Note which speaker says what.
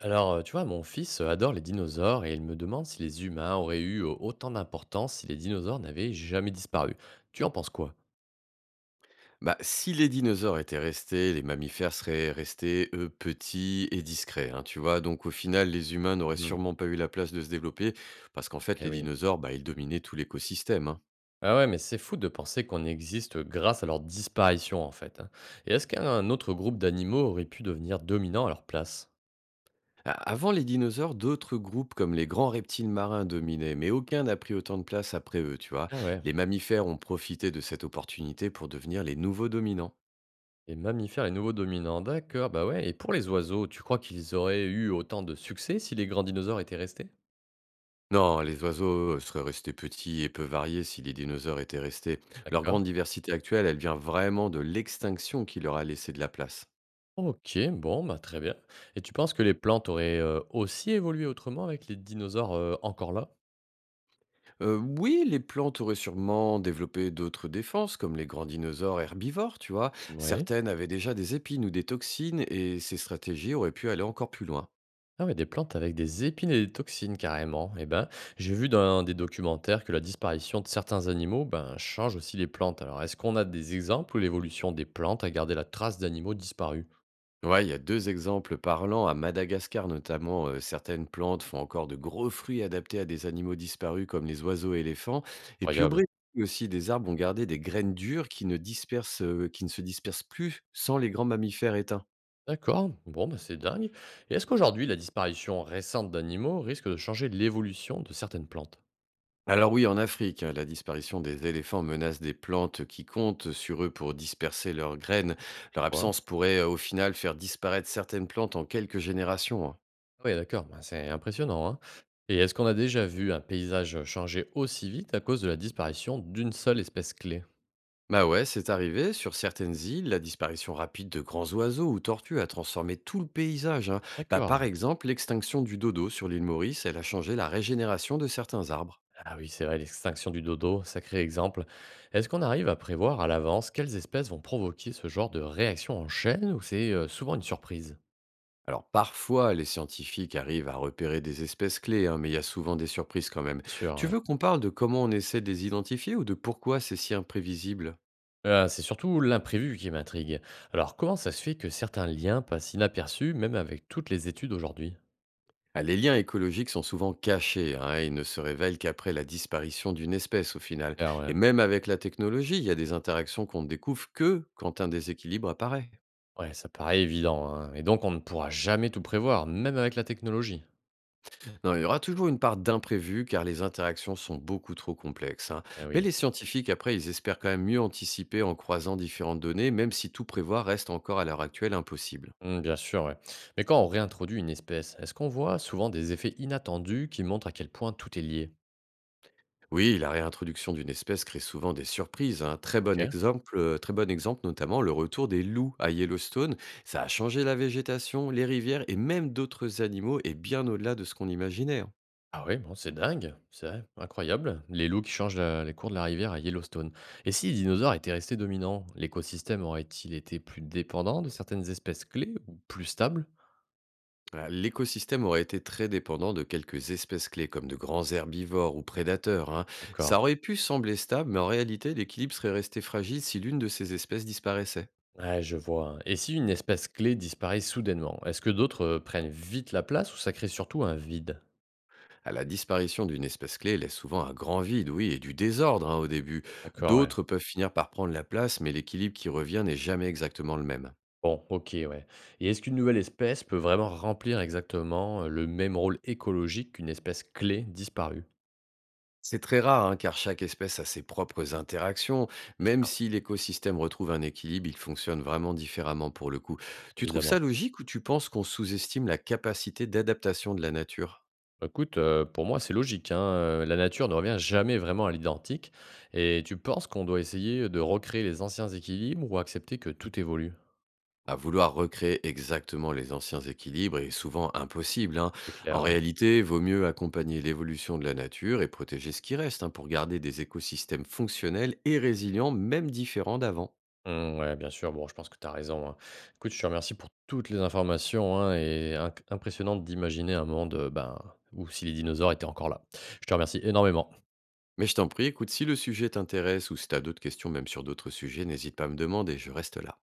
Speaker 1: Tu vois, mon fils adore les dinosaures et il me demande si les humains auraient eu autant d'importance si les dinosaures n'avaient jamais disparu. Tu en penses quoi?
Speaker 2: Bah, si les dinosaures étaient restés, les mammifères seraient restés, eux, petits et discrets, hein, tu vois. Donc au final, les humains n'auraient
Speaker 1: Mhm.
Speaker 2: sûrement pas eu la place de se développer, parce qu'en fait,
Speaker 1: Eh
Speaker 2: les
Speaker 1: oui.
Speaker 2: dinosaures, bah, ils dominaient tout l'écosystème, hein.
Speaker 1: Ah ouais, mais c'est fou de penser qu'on existe grâce à leur disparition, en fait, hein. Et est-ce qu'un autre groupe d'animaux aurait pu devenir dominant à leur place?
Speaker 2: Avant les dinosaures, d'autres groupes comme les grands reptiles marins dominaient, mais aucun n'a pris autant de place après eux, tu vois.
Speaker 1: Ah ouais.
Speaker 2: Les mammifères ont profité de cette opportunité pour devenir les nouveaux dominants.
Speaker 1: Les mammifères, les nouveaux dominants, d'accord, bah ouais. Et pour les oiseaux, tu crois qu'ils auraient eu autant de succès si les grands dinosaures étaient restés?
Speaker 2: Non, les oiseaux, seraient restés petits et peu variés si les dinosaures étaient restés. Leur
Speaker 1: D'accord.
Speaker 2: grande diversité actuelle, elle vient vraiment de l'extinction qui leur a laissé de la place.
Speaker 1: OK, bon, bah, très bien. Et tu penses que les plantes auraient, aussi évolué autrement avec les dinosaures, encore là?
Speaker 2: Oui, les plantes auraient sûrement développé d'autres défenses, comme les grands dinosaures herbivores, tu vois?
Speaker 1: Oui.
Speaker 2: Certaines avaient déjà des épines ou des toxines et ces stratégies auraient pu aller encore plus loin.
Speaker 1: Ah ouais, des plantes avec des épines et des toxines carrément. Eh ben, j'ai vu dans des documentaires que la disparition de certains animaux, ben, change aussi les plantes. Alors est-ce qu'on a des exemples où l'évolution des plantes a gardé la trace d'animaux disparus?
Speaker 2: Ouais, il y a deux exemples parlants. À Madagascar, notamment, certaines plantes font encore de gros fruits adaptés à des animaux disparus comme les oiseaux et éléphants. Et puis au
Speaker 1: Incroyable.
Speaker 2: Brésil aussi, des arbres ont gardé des graines dures qui ne se dispersent plus sans les grands mammifères éteints.
Speaker 1: D'accord, bon, bah, c'est dingue. Et est-ce qu'aujourd'hui la disparition récente d'animaux risque de changer l'évolution de certaines plantes?
Speaker 2: Alors oui, en Afrique, hein, la disparition des éléphants menace des plantes qui comptent sur eux pour disperser leurs graines. Leur absence pourrait au final faire disparaître certaines plantes en quelques générations, hein.
Speaker 1: Oui, d'accord, ben, c'est impressionnant, hein. Et est-ce qu'on a déjà vu un paysage changer aussi vite à cause de la disparition d'une seule espèce clé?
Speaker 2: Bah ouais, c'est arrivé. Sur certaines îles, la disparition rapide de grands oiseaux ou tortues a transformé tout le paysage, hein. Bah,
Speaker 1: D'accord.
Speaker 2: par exemple, l'extinction du dodo sur l'île Maurice, elle a changé la régénération de certains arbres.
Speaker 1: Ah oui, c'est vrai, l'extinction du dodo, sacré exemple. Est-ce qu'on arrive à prévoir à l'avance quelles espèces vont provoquer ce genre de réaction en chaîne ou c'est souvent une surprise?
Speaker 2: Alors parfois, les scientifiques arrivent à repérer des espèces clés, hein, mais il y a souvent des surprises quand même.
Speaker 1: Sûr,
Speaker 2: Tu
Speaker 1: ouais.
Speaker 2: veux qu'on parle de comment on essaie de les identifier ou de pourquoi c'est si imprévisible?
Speaker 1: C'est surtout l'imprévu qui m'intrigue. Alors, comment ça se fait que certains liens passent inaperçus, même avec toutes les études aujourd'hui?
Speaker 2: Ah, les liens écologiques sont souvent cachés, hein, et ne se révèlent qu'après la disparition d'une espèce au final.
Speaker 1: Ah ouais.
Speaker 2: Et même avec la technologie, il y a des interactions qu'on ne découvre que quand un déséquilibre apparaît.
Speaker 1: Ouais, ça paraît évident, hein. Et donc on ne pourra jamais tout prévoir, même avec la technologie.
Speaker 2: Non, il y aura toujours une part d'imprévu car les interactions sont beaucoup trop complexes, hein.
Speaker 1: Eh
Speaker 2: Mais
Speaker 1: oui.
Speaker 2: les scientifiques, après, ils espèrent quand même mieux anticiper en croisant différentes données, même si tout prévoir reste encore à l'heure actuelle impossible.
Speaker 1: Mmh, bien sûr, ouais. Mais quand on réintroduit une espèce, est-ce qu'on voit souvent des effets inattendus qui montrent à quel point tout est lié?
Speaker 2: Oui, la réintroduction d'une espèce crée souvent des surprises. Un
Speaker 1: Ok.
Speaker 2: très bon exemple notamment le retour des loups à Yellowstone. Ça a changé la végétation, les rivières et même d'autres animaux et bien au-delà de ce qu'on imaginait, hein.
Speaker 1: Ah oui, bon, c'est dingue, c'est incroyable. Les loups qui changent la- les cours de la rivière à Yellowstone. Et si les dinosaures étaient restés dominants, l'écosystème aurait-il été plus dépendant de certaines espèces clés ou plus stable?
Speaker 2: Voilà, l'écosystème aurait été très dépendant de quelques espèces clés comme de grands herbivores ou prédateurs, hein.
Speaker 1: D'accord.
Speaker 2: Ça aurait pu sembler stable, mais en réalité l'équilibre serait resté fragile si l'une de ces espèces disparaissait.
Speaker 1: Ouais, je vois. Et si une espèce clé disparaît soudainement, est-ce que d'autres prennent vite la place ou ça crée surtout un vide?
Speaker 2: À la disparition d'une espèce clé laisse souvent un grand vide, oui, et du désordre, hein, au début.
Speaker 1: D'accord, ouais.
Speaker 2: D'autres peuvent finir par prendre la place, mais l'équilibre qui revient n'est jamais exactement le même.
Speaker 1: Bon, OK, ouais. Et est-ce qu'une nouvelle espèce peut vraiment remplir exactement le même rôle écologique qu'une espèce clé disparue?
Speaker 2: C'est très rare, hein, car chaque espèce a ses propres interactions.
Speaker 1: Bien
Speaker 2: Même
Speaker 1: sûr,
Speaker 2: si l'écosystème retrouve un équilibre, il fonctionne vraiment différemment pour le coup. Tu trouves ça
Speaker 1: évidemment.
Speaker 2: logique ou tu penses qu'on sous-estime la capacité d'adaptation de la nature?
Speaker 1: Bah, écoute, pour moi, c'est logique, hein, la nature ne revient jamais vraiment à l'identique. Et tu penses qu'on doit essayer de recréer les anciens équilibres ou accepter que tout évolue?
Speaker 2: À vouloir recréer exactement les anciens équilibres est souvent impossible, hein.
Speaker 1: C'est clair,
Speaker 2: En
Speaker 1: ouais.
Speaker 2: réalité, vaut mieux accompagner l'évolution de la nature et protéger ce qui reste, hein, pour garder des écosystèmes fonctionnels et résilients, même différents d'avant.
Speaker 1: Mmh, ouais, bien sûr, bon, je pense que tu as raison, hein. Écoute, je te remercie pour toutes les informations, hein, et inc impressionnante d'imaginer un monde, ben, où si les dinosaures étaient encore là. Je te remercie énormément.
Speaker 2: Mais je t'en prie, écoute, si le sujet t'intéresse ou si t'as d'autres questions, même sur d'autres sujets, n'hésite pas à me demander, je reste là.